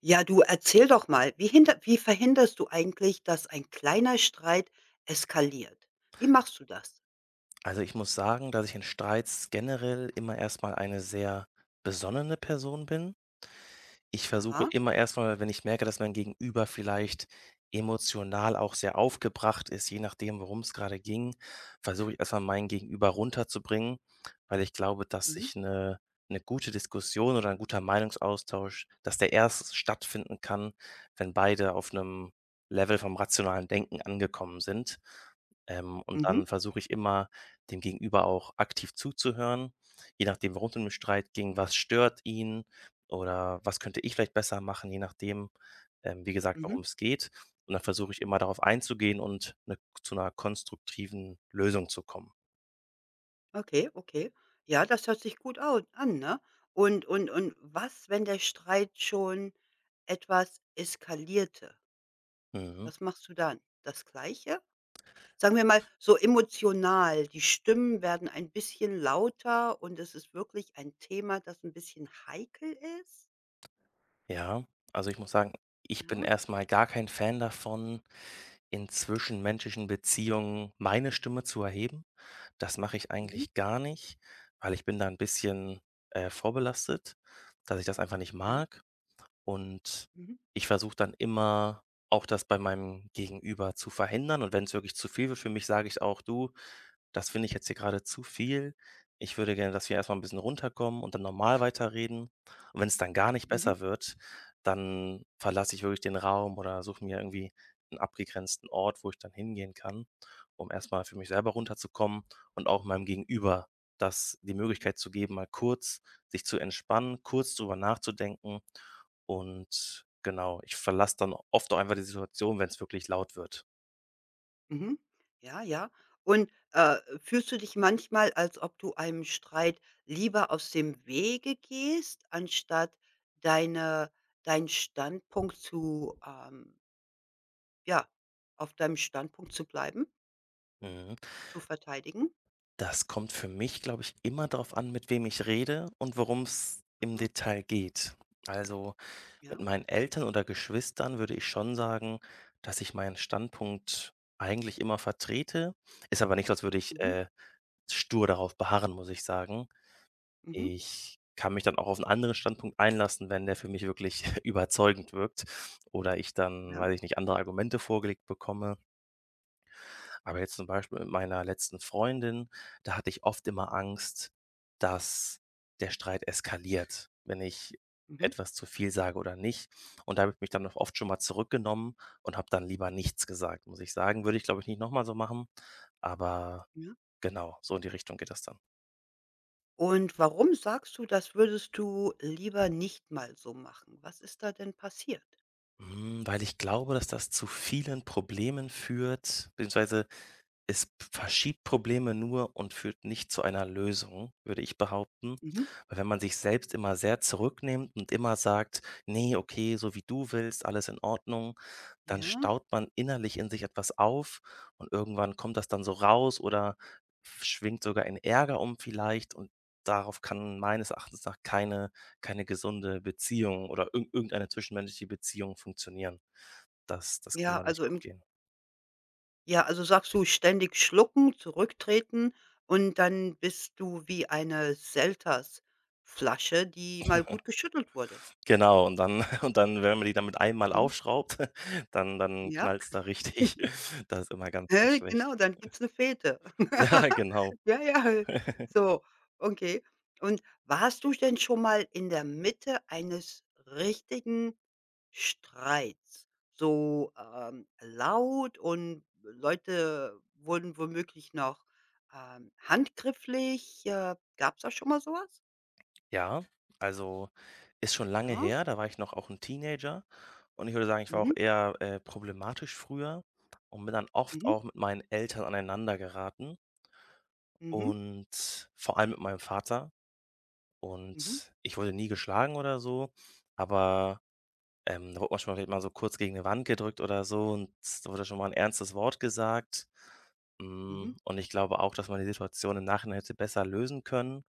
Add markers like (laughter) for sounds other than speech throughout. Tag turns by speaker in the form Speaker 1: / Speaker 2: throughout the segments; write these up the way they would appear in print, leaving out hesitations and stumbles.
Speaker 1: Ja, du erzähl doch mal, wie hinder wie verhinderst du eigentlich, dass ein kleiner Streit eskaliert? Wie machst du das?
Speaker 2: Also, ich muss sagen, dass ich in Streits generell immer erstmal eine sehr besonnene Person bin. Ich versuche
Speaker 1: Aha,
Speaker 2: immer erstmal, wenn ich merke, dass mein Gegenüber vielleicht emotional auch sehr aufgebracht ist, je nachdem, worum es gerade ging, versuche ich erstmal meinen Gegenüber runterzubringen, weil ich glaube, dass
Speaker 1: mhm,
Speaker 2: sich eine gute Diskussion oder ein guter Meinungsaustausch dass der erst stattfinden kann, wenn beide auf einem Level vom rationalen Denken angekommen sind. Und
Speaker 1: mhm,
Speaker 2: dann versuche ich immer, dem Gegenüber auch aktiv zuzuhören, je nachdem, worum es im Streit ging, was stört ihn, oder was könnte ich vielleicht besser machen, je nachdem, wie gesagt,
Speaker 1: mhm.
Speaker 2: worum es geht. Und dann versuche ich immer darauf einzugehen und zu einer konstruktiven Lösung zu kommen.
Speaker 1: Okay, okay. Ja, das hört sich gut au an, ne? Und was, wenn der Streit schon etwas eskalierte?
Speaker 2: Mhm.
Speaker 1: Was machst du dann? Das Gleiche? Sagen wir mal, so emotional, die Stimmen werden ein bisschen lauter und es ist wirklich ein Thema, das ein bisschen heikel ist?
Speaker 2: Ja, also, ich muss sagen, ich bin
Speaker 1: Ja,
Speaker 2: erstmal gar kein Fan davon, in zwischenmenschlichen Beziehungen meine Stimme zu erheben. Das mache ich
Speaker 1: mhm,
Speaker 2: eigentlich gar nicht, weil ich bin da ein bisschen, vorbelastet, dass ich das einfach nicht
Speaker 1: ja,
Speaker 2: mag. Und
Speaker 1: mhm.
Speaker 2: ich versuche dann immer auch das bei meinem Gegenüber zu verhindern und wenn es wirklich zu viel wird für mich, sage ich auch: „Du, das finde ich jetzt hier gerade zu viel. Ich würde gerne, dass wir erstmal ein bisschen runterkommen und dann normal weiterreden." Und wenn es dann gar nicht
Speaker 1: Mhm,
Speaker 2: besser wird, dann verlasse ich wirklich den Raum oder suche mir irgendwie einen abgegrenzten Ort, wo ich dann hingehen kann, um erstmal für mich selber runterzukommen und auch meinem Gegenüber das die Möglichkeit zu geben, mal kurz sich zu entspannen, kurz drüber nachzudenken und genau, ich verlasse dann oft auch einfach die Situation, wenn es wirklich laut wird.
Speaker 1: mhm. Ja, ja. Und, fühlst du dich manchmal, als ob du einem Streit lieber aus dem Wege gehst, anstatt deine deinen Standpunkt zu, ja, auf deinem Standpunkt zu bleiben,
Speaker 2: Mhm.
Speaker 1: zu verteidigen?
Speaker 2: Das kommt für mich, glaube ich, immer darauf an, mit wem ich rede und worum es im
Speaker 1: Aha,
Speaker 2: Detail geht. Also, mit
Speaker 1: ja.
Speaker 2: meinen Eltern oder Geschwistern würde ich schon sagen, dass ich meinen Standpunkt eigentlich immer vertrete. Ist aber nicht so, als würde ich,
Speaker 1: Mhm,
Speaker 2: stur darauf beharren, muss ich sagen.
Speaker 1: mhm,
Speaker 2: Ich kann mich dann auch auf 'n anderen Standpunkt einlassen, wenn der für mich wirklich (laughs) überzeugend wirkt oder ich dann,
Speaker 1: ja,
Speaker 2: weiß ich nicht, andere Argumente vorgelegt bekomme. Aber jetzt zum Beispiel mit meiner letzten Freundin, da hatte ich oft immer Angst, dass der Streit eskaliert, wenn ich
Speaker 1: mhm,
Speaker 2: etwas zu viel sage oder nicht. Und da habe ich mich dann auch oft schon mal zurückgenommen und habe dann lieber nichts gesagt, muss ich sagen. Würde ich, glaube ich, nicht noch mal so machen, aber
Speaker 1: ja.
Speaker 2: genau, so in die Richtung geht das dann.
Speaker 1: Und warum sagst du, das würdest du lieber nicht mal so machen? Was ist da denn passiert?
Speaker 2: Hm, weil ich glaube, dass das zu vielen Problemen führt, beziehungsweise es verschiebt Probleme nur und führt nicht zu einer Lösung, würde ich behaupten.
Speaker 1: Mhm,
Speaker 2: Weil wenn man sich selbst immer sehr zurücknimmt und immer sagt: „nee, okay, so wie du willst, alles in Ordnung", dann
Speaker 1: ja.
Speaker 2: staut man innerlich in sich etwas auf und irgendwann kommt das dann so raus oder schwingt sogar in Ärger um vielleicht und darauf kann meines Erachtens nach keine gesunde Beziehung oder irgendeine zwischenmenschliche Beziehung funktionieren. Das kann
Speaker 1: Ja,
Speaker 2: dann nicht
Speaker 1: also
Speaker 2: gut
Speaker 1: im
Speaker 2: gehen.
Speaker 1: Ja, also sagst du ständig schlucken, zurücktreten und dann bist du wie eine Seltersflasche, die mal gut geschüttelt wurde.
Speaker 2: Genau, und dann (laughs) und dann, wenn man die dann mit einmal
Speaker 1: Mhm.
Speaker 2: aufschraubt, (laughs) dann
Speaker 1: Ja,
Speaker 2: knallt's da
Speaker 1: (laughs)
Speaker 2: richtig. (laughs) Das ist immer ganz, ganz
Speaker 1: ja,
Speaker 2: schlecht.
Speaker 1: genau, dann
Speaker 2: (laughs)
Speaker 1: gibt's eine Fete.
Speaker 2: Ja,
Speaker 1: (laughs)
Speaker 2: genau.
Speaker 1: Ja, ja,
Speaker 2: (laughs)
Speaker 1: so, okay. Und warst du denn schon mal in der Mitte eines richtigen Streits, so, laut und Leute wurden womöglich noch, handgrifflich. Gab's da schon mal sowas?
Speaker 2: Ja, also, ist schon lange
Speaker 1: Ja.
Speaker 2: her, da war ich noch auch ein Teenager und ich würde sagen, ich war auch
Speaker 1: Mhm.
Speaker 2: eher, problematisch früher und bin dann oft
Speaker 1: Mhm.
Speaker 2: auch mit meinen Eltern aneinander geraten
Speaker 1: Mhm.
Speaker 2: und vor allem mit meinem Vater
Speaker 1: Mhm.
Speaker 2: und ich wurde nie geschlagen oder so, aber da wurde man schon mal vielleicht mal so kurz gegen eine Wand gedrückt oder so und da wurde schon mal ein ernstes Wort gesagt. Hm,
Speaker 1: Mhm.
Speaker 2: und ich glaube auch, dass man die Situation im Nachhinein hätte besser lösen können.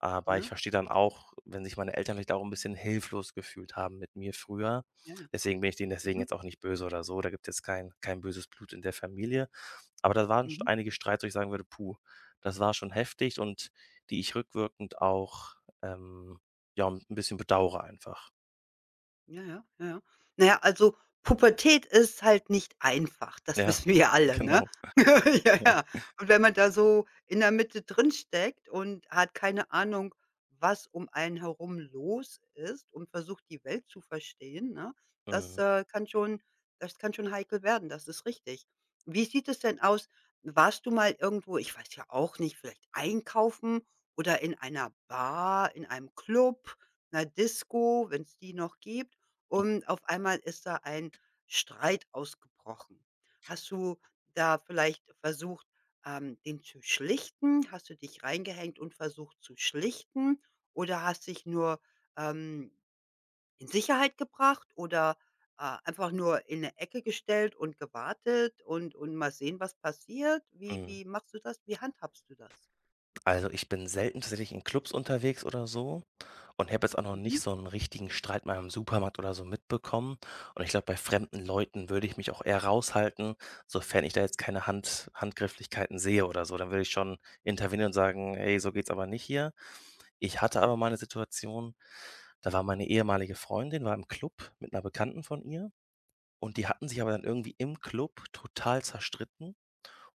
Speaker 2: Aber ich
Speaker 1: Ja.
Speaker 2: verstehe dann auch, wenn sich meine Eltern vielleicht auch ein bisschen hilflos gefühlt haben mit mir früher.
Speaker 1: Ja, ja.
Speaker 2: Deswegen bin ich denen deswegen
Speaker 1: Mhm.
Speaker 2: jetzt auch nicht böse oder so. Da gibt's jetzt kein böses Blut in der Familie. Aber da waren schon
Speaker 1: Mhm.
Speaker 2: einige Streits, wo ich sagen würde: „Puh, das war schon heftig" und die ich rückwirkend auch, ähm, ja, ein bisschen bedauere einfach.
Speaker 1: Ja, ja, ja, ja. Na ja, also Pubertät ist halt nicht einfach, das (laughs)
Speaker 2: Ja,
Speaker 1: wissen wir ja alle,
Speaker 2: (laughs)
Speaker 1: ne?
Speaker 2: genau.
Speaker 1: (laughs) Ja, ja. Und wenn man da so in der Mitte drin steckt und hat keine Ahnung, was um einen herum los ist und versucht, die Welt zu verstehen, ne? Das,
Speaker 2: Mhm,
Speaker 1: äh, kann schon das kann schon heikel werden, das ist richtig. Wie sieht es denn aus? Warst du mal irgendwo, ich weiß ja auch nicht, vielleicht einkaufen oder in einer Bar, in einem Club, 'ner Disco, wenn es die noch gibt? Und auf einmal ist da ein Streit ausgebrochen. Hast du da vielleicht versucht, den zu schlichten? Hast du dich reingehängt und versucht zu schlichten oder hast dich nur, ähm, in Sicherheit gebracht oder, einfach nur in eine Ecke gestellt und gewartet und mal sehen, was passiert? Wie
Speaker 2: mhm.
Speaker 1: wie machst du das? Wie handhabst du das?
Speaker 2: Also, ich bin selten tatsächlich in Clubs unterwegs oder so und habe jetzt auch noch nicht
Speaker 1: Mhm,
Speaker 2: so einen richtigen Streit mal im Supermarkt oder so mitbekommen. Und ich glaube, bei fremden Leuten würde ich mich auch eher raushalten, sofern ich da jetzt keine Handgreiflichkeiten sehe oder so. Dann würde ich schon intervenieren und sagen: „Hey, so geht's aber nicht hier." Ich hatte aber
Speaker 1: mhm.
Speaker 2: mal eine Situation, da war meine ehemalige Freundin war im Club mit einer Bekannten von ihr und die hatten sich aber dann irgendwie im Club total zerstritten.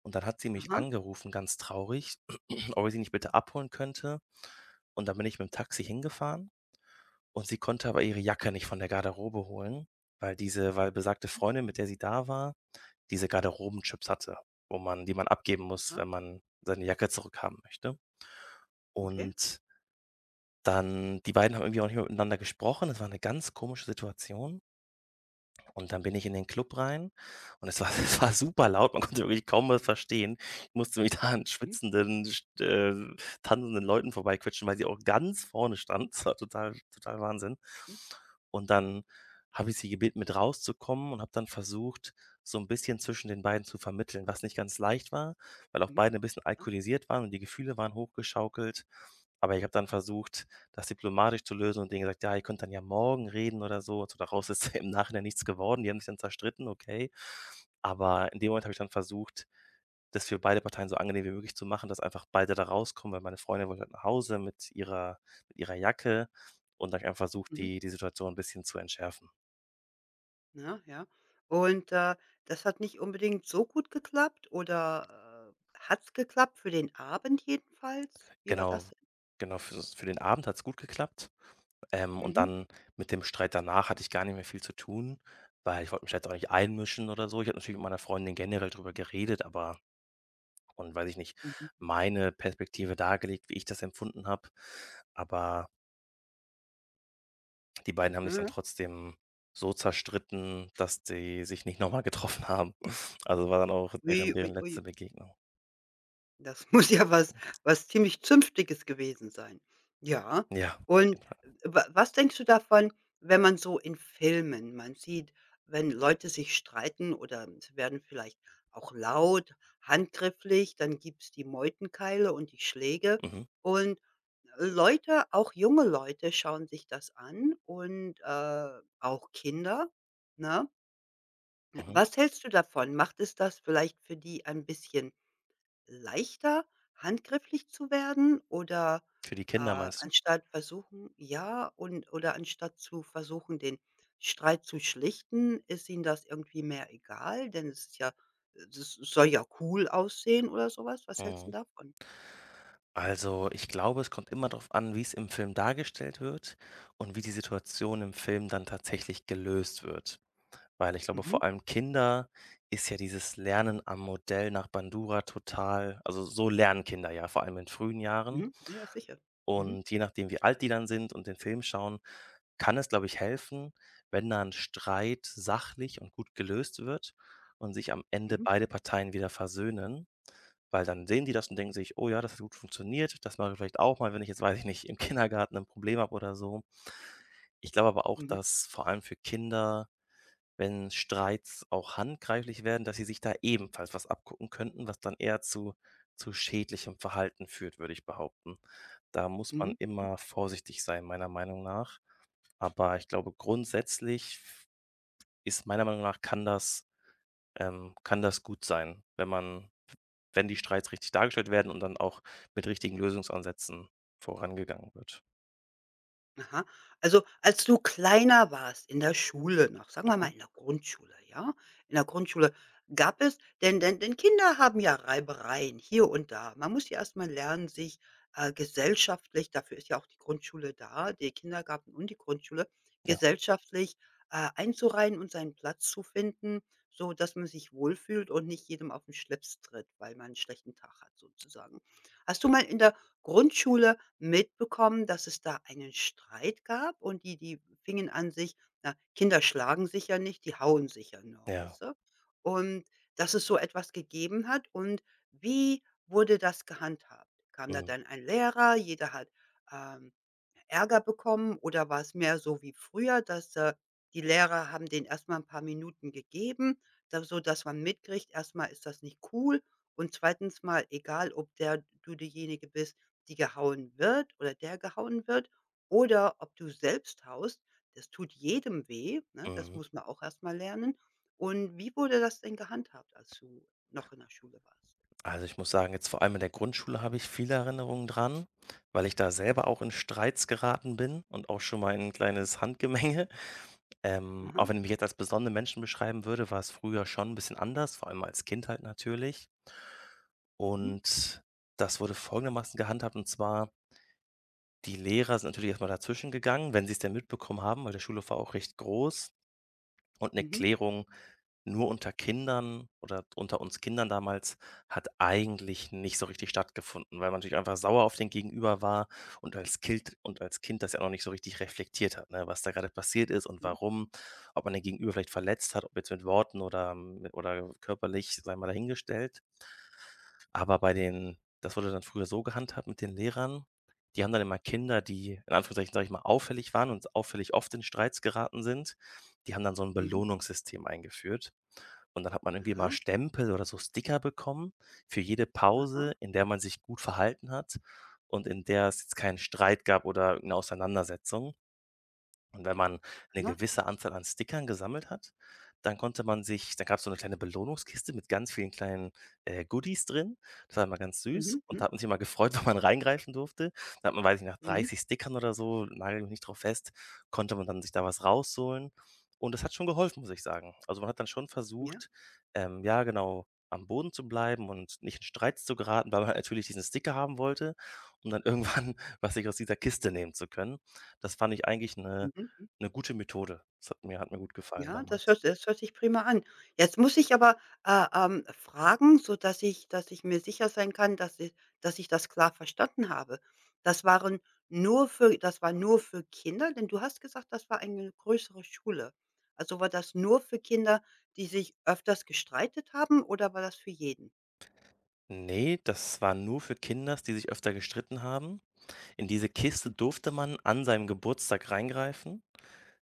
Speaker 2: Und dann hat sie mich
Speaker 1: Aha,
Speaker 2: angerufen, ganz traurig, (clears throat) ob ich sie nicht bitte abholen könnte. Und dann bin ich mit dem Taxi hingefahren und sie konnte aber ihre Jacke nicht von der Garderobe holen, weil diese weil besagte Freundin, mit der sie da war, diese Garderobenchips hatte, wo man die man abgeben muss,
Speaker 1: aha,
Speaker 2: wenn man seine Jacke zurückhaben möchte.
Speaker 1: okay.
Speaker 2: Und dann die beiden haben irgendwie auch nicht mehr miteinander gesprochen. Das war eine ganz komische Situation. Und dann bin ich in den Club rein und es war (laughs) es war super laut, man konnte wirklich kaum was verstehen. Ich musste mich (laughs) da an
Speaker 1: Mhm,
Speaker 2: schwitzenden, st tanzenden Leuten vorbeiquetschen, weil sie auch ganz vorne stand. Das war total Wahnsinn.
Speaker 1: mhm,
Speaker 2: Und dann habe ich sie gebeten, mit rauszukommen und habe dann versucht, so ein bisschen zwischen den beiden zu vermitteln, was nicht ganz leicht war, weil auch
Speaker 1: mhm,
Speaker 2: beide ein bisschen
Speaker 1: ja,
Speaker 2: alkoholisiert waren und die Gefühle waren hochgeschaukelt. Aber ich habe dann versucht, das diplomatisch zu lösen und denen gesagt: „Ja, ihr könnt dann ja morgen reden" oder so. Also, daraus ist (laughs) im Nachhinein nichts geworden. Die haben sich dann zerstritten, okay. Aber in dem Moment habe ich dann versucht, das für beide Parteien so angenehm wie möglich zu machen, dass einfach beide da rauskommen, weil meine Freundin wollte halt nach Hause mit ihrer Jacke und dann habe ich einfach versucht,
Speaker 1: mhm.
Speaker 2: die Situation ein bisschen zu entschärfen.
Speaker 1: Ne, ja. Und, das hat nicht unbedingt so gut geklappt oder, hat's geklappt für den Abend jedenfalls? Wie war
Speaker 2: Genau,
Speaker 1: das denn?
Speaker 2: genau, für den Abend hat's gut geklappt. Und
Speaker 1: Mhm.
Speaker 2: dann mit dem Streit danach hatte ich gar nicht mehr viel zu tun, weil ich wollte mich jetzt auch nicht einmischen oder so. Ich habe natürlich mit meiner Freundin generell drüber geredet, aber und weiß ich nicht,
Speaker 1: Mhm, mhm.
Speaker 2: meine Perspektive dargelegt, wie ich das empfunden habe. Aber die beiden haben
Speaker 1: Ja,
Speaker 2: sich dann
Speaker 1: ja.
Speaker 2: trotzdem so zerstritten, dass die sich nicht nochmal getroffen haben. (laughs) Also, war dann auch
Speaker 1: Ui,
Speaker 2: deren
Speaker 1: ui,
Speaker 2: letzte
Speaker 1: ui.
Speaker 2: Begegnung.
Speaker 1: Das (laughs) muss ja was ziemlich Zünftiges gewesen sein. Ja,
Speaker 2: Ja, auf
Speaker 1: und
Speaker 2: jeden Fall.
Speaker 1: wa was denkst du davon, wenn man so in Filmen man sieht, wenn Leute sich streiten oder sie werden vielleicht auch laut, handgrifflich, dann gibt's die Meutenkeile und die Schläge
Speaker 2: Mhm,
Speaker 1: und Leute, auch junge Leute schauen sich das an und, auch Kinder, ne?
Speaker 2: mhm.
Speaker 1: Was hältst du davon? Macht es das vielleicht für die ein bisschen leichter, handgreiflich zu werden oder,
Speaker 2: Für die Kinder meinst du?
Speaker 1: anstatt versuchen ja, und oder anstatt zu versuchen, den Streit zu schlichten, ist ihnen das irgendwie mehr egal? Denn es ist ja das soll ja cool aussehen oder sowas. Was. Hältst du
Speaker 2: Mhm.
Speaker 1: davon?
Speaker 2: Also, ich glaube, es kommt immer darauf an, wie es im Film dargestellt wird und wie die Situation im Film dann tatsächlich gelöst wird. Weil ich glaube,
Speaker 1: Mhm,
Speaker 2: vor allem Kinder ist ja dieses Lernen am Modell nach Bandura total also, so lernen Kinder ja, vor allem in frühen Jahren.
Speaker 1: mhm. Ja, ja, sicher. Mhm,
Speaker 2: Und je nachdem, wie alt die dann sind und den Film schauen, kann es, glaube ich, helfen, wenn da 'n Streit sachlich und gut gelöst wird und sich am Ende
Speaker 1: mhm,
Speaker 2: beide Parteien wieder versöhnen, weil dann sehen die das und denken sich: „Oh ja, das hat gut funktioniert. Das mache ich vielleicht auch mal, wenn ich jetzt, weiß ich nicht, im Kindergarten ein Problem habe oder so." Ich glaube aber auch,
Speaker 1: mhm.
Speaker 2: dass vor allem für Kinder wenn Streits auch handgreiflich werden, dass sie sich da ebenfalls was abgucken könnten, was dann eher zu schädlichem Verhalten führt, würde ich behaupten. Da muss man
Speaker 1: Mhm, mhm.
Speaker 2: immer vorsichtig sein, meiner Meinung nach. Aber ich glaube, grundsätzlich ist meiner Meinung nach kann das gut sein, wenn man, wenn die Streits richtig dargestellt werden und dann auch mit richtigen Lösungsansätzen vorangegangen wird.
Speaker 1: Aha. Also, als du kleiner warst, in der Schule noch, sagen wir
Speaker 2: Mhm.
Speaker 1: mal in der Grundschule, ja? In der Grundschule gab es denn denn Kinder haben ja Reibereien hier und da. Man muss ja erst mal lernen, sich, gesellschaftlich dafür ist ja auch die Grundschule da, der Kindergarten und die Grundschule,
Speaker 2: Ja,
Speaker 1: gesellschaftlich, einzureihen und seinen Platz zu finden, so dass man sich wohlfühlt und nicht jedem auf den Schlips tritt, weil man einen schlechten Tag hat sozusagen. Hast du mal in der Grundschule mitbekommen, dass es da einen Streit gab und die fingen an, sich na, Kinder schlagen sich ja nicht, die hauen sich ja nur,
Speaker 2: ja.
Speaker 1: weißt du? Und dass es so etwas gegeben hat und wie wurde das gehandhabt? Kam da
Speaker 2: Mhm.
Speaker 1: dann ein Lehrer, jeder hat, ähm Ärger bekommen oder war es mehr so wie früher, dass, die Lehrer haben denen erstmal ein paar Minuten gegeben, da so dass man mitkriegt, erstmal ist das nicht cool und zweitens mal, egal ob der du diejenige bist, die gehauen wird oder der gehauen wird oder ob du selbst haust, das tut jedem weh, ne? Das
Speaker 2: Mhm.
Speaker 1: muss man auch erstmal lernen. Und wie wurde das denn gehandhabt, als du noch in der Schule warst?
Speaker 2: Also, ich muss sagen, jetzt vor allem in der Grundschule habe ich viele Erinnerungen dran, weil ich da selber auch in Streits geraten bin und auch schon mal in 'n
Speaker 1: Ja?
Speaker 2: kleines Handgemenge. Auch
Speaker 1: Aha.
Speaker 2: wenn ich mich jetzt als besonnenen Menschen beschreiben würde, war es früher schon ein bisschen anders, vor allem als Kind halt natürlich.
Speaker 1: Mhm.
Speaker 2: Und das wurde folgendermaßen gehandhabt, und zwar die Lehrer sind natürlich erst mal dazwischen gegangen, wenn sie es denn mitbekommen haben, weil der Schulhof war auch recht groß. Und eine
Speaker 1: Mhm.
Speaker 2: Klärung nur unter Kindern oder unter uns Kindern damals hat eigentlich nicht so richtig stattgefunden, weil man natürlich einfach sauer auf den Gegenüber war und als Kind das ja noch nicht so richtig reflektiert hat, ne, was da gerade passiert ist und
Speaker 1: Mhm.
Speaker 2: warum, ob man den Gegenüber vielleicht verletzt hat, ob jetzt mit Worten oder körperlich, sei mal dahingestellt. Aber bei den das wurde dann früher so gehandhabt mit den Lehrern, die haben dann immer Kinder, die in Anführungszeichen, sage ich mal, auffällig waren und auffällig oft in Streits geraten sind. Die haben dann so ein
Speaker 1: Mhm.
Speaker 2: Belohnungssystem eingeführt und dann hat man irgendwie mal
Speaker 1: Aha.
Speaker 2: Stempel oder so Sticker bekommen für jede
Speaker 1: Aha.
Speaker 2: Pause, in der man sich gut verhalten hat und in der es jetzt keinen Streit gab oder eine Auseinandersetzung. Und wenn man eine
Speaker 1: Aha.
Speaker 2: gewisse Anzahl an Stickern gesammelt hat, dann konnte man sich da gab es so eine kleine Belohnungskiste mit ganz vielen kleinen, Goodies drin. Das war immer ganz süß
Speaker 1: Mhm.
Speaker 2: und da
Speaker 1: Mhm.
Speaker 2: hat man sich immer gefreut, (laughs) wenn man reingreifen durfte. Da hat man, weiß ich nach
Speaker 1: Mhm.
Speaker 2: 30 Stickern oder so, nagel mich nicht drauf fest, konnte man dann sich da was rausholen und das hat schon geholfen, muss ich sagen. Also, man hat dann schon
Speaker 1: Ja.
Speaker 2: versucht, ja genau, am Boden zu bleiben und nicht in Streit zu geraten, weil man (laughs) halt natürlich diesen Sticker haben wollte, um dann irgendwann (laughs) was sich aus dieser Kiste nehmen zu können. Das fand ich eigentlich eine
Speaker 1: Mhm. Mhm.
Speaker 2: 'ne gute Methode. Das hat mir gut gefallen
Speaker 1: Ja,
Speaker 2: damals.
Speaker 1: das hört sich prima an. Jetzt muss ich aber, fragen, sodass ich dass ich mir sicher sein kann, dass ich das klar verstanden habe. Das waren das war nur für Kinder? Denn du hast gesagt, das war eine größere Schule. Also war das nur für Kinder, die sich öfters gestreitet haben oder war das für jeden?
Speaker 2: Ne, das war nur für Kinders, die sich öfter gestritten haben. In diese Kiste
Speaker 1: Mhm.
Speaker 2: durfte man an seinem Geburtstag reingreifen,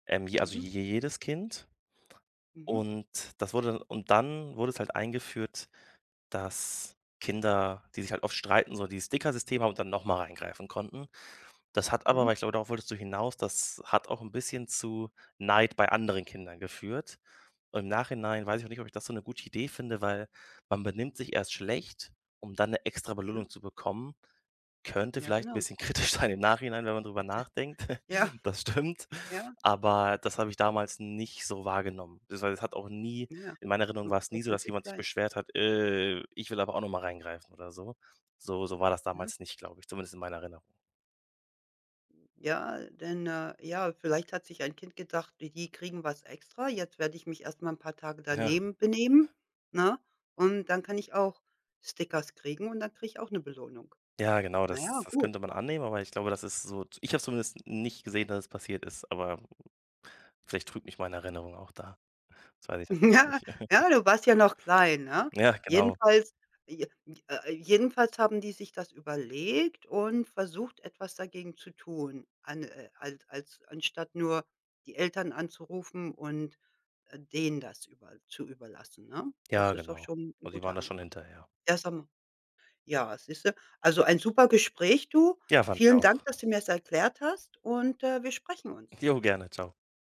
Speaker 2: je also
Speaker 1: Mhm.
Speaker 2: je jedes Kind.
Speaker 1: Mhm.
Speaker 2: Und das wurde und dann wurde es halt eingeführt dass Kinder, die sich halt oft streiten, so dieses sticker system haben und dann nochmal reingreifen konnten. Das hat aber
Speaker 1: Mhm.
Speaker 2: weil ich glaube, darauf wolltest du hinaus, das hat auch ein bisschen zu Neid bei anderen Kindern geführt. Und im Nachhinein weiß ich auch nicht, ob ich das so eine gute Idee finde, weil man benimmt sich erst schlecht, um dann eine extra
Speaker 1: Ja.
Speaker 2: Belohnung zu bekommen. Könnte
Speaker 1: Ja,
Speaker 2: vielleicht 'n
Speaker 1: genau.
Speaker 2: bisschen (laughs) kritisch sein im Nachhinein, wenn man drüber nachdenkt.
Speaker 1: Ja,
Speaker 2: (laughs) Das stimmt,
Speaker 1: ja,
Speaker 2: aber das habe ich damals nicht so wahrgenommen. Beziehungsweise es hat auch nie
Speaker 1: ja, ja.
Speaker 2: in meiner Erinnerung
Speaker 1: W
Speaker 2: war es nie
Speaker 1: was
Speaker 2: so, dass
Speaker 1: natürlich
Speaker 2: jemand sich
Speaker 1: klein.
Speaker 2: beschwert hat: ich will aber auch noch mal reingreifen" oder so. So war das
Speaker 1: Ja.
Speaker 2: damals nicht, glaube ich, zumindest in meiner Erinnerung.
Speaker 1: Ja, denn, ja, vielleicht hat sich ein Kind gedacht, die kriegen was extra, jetzt werde ich mich erst mal 'n paar Tage
Speaker 2: Ja.
Speaker 1: daneben benehmen, ne? Und dann kann ich auch Stickers kriegen und dann kriege ich auch eine Belohnung.
Speaker 2: Ja, genau,
Speaker 1: Na
Speaker 2: das
Speaker 1: ja,
Speaker 2: das
Speaker 1: gut.
Speaker 2: könnte man annehmen, aber ich glaube, das ist so ich habe es zumindest nicht gesehen, dass es passiert ist, aber vielleicht trügt mich meine Erinnerung auch da. Das weiß ich
Speaker 1: (laughs)
Speaker 2: natürlich
Speaker 1: Ja,
Speaker 2: nicht.
Speaker 1: ja,
Speaker 2: (laughs)
Speaker 1: du warst ja noch klein, ne?
Speaker 2: Ja, genau.
Speaker 1: Jedenfalls j jedenfalls haben die sich das überlegt und versucht, etwas dagegen zu tun, an als als anstatt nur die Eltern anzurufen und, denen das über zu überlassen, ne? Das
Speaker 2: Ja,
Speaker 1: ist doch
Speaker 2: genau.
Speaker 1: schon ein
Speaker 2: Also, die waren
Speaker 1: guter
Speaker 2: da schon
Speaker 1: Anfang.
Speaker 2: hinterher.
Speaker 1: Ja, sag mal ja, siehste, also, ein super Gespräch, du.
Speaker 2: Ja, fand ich
Speaker 1: Vielen
Speaker 2: auch.
Speaker 1: Dank, dass du mir das erklärt hast und, wir sprechen uns.
Speaker 2: Jo, gerne. Tschau.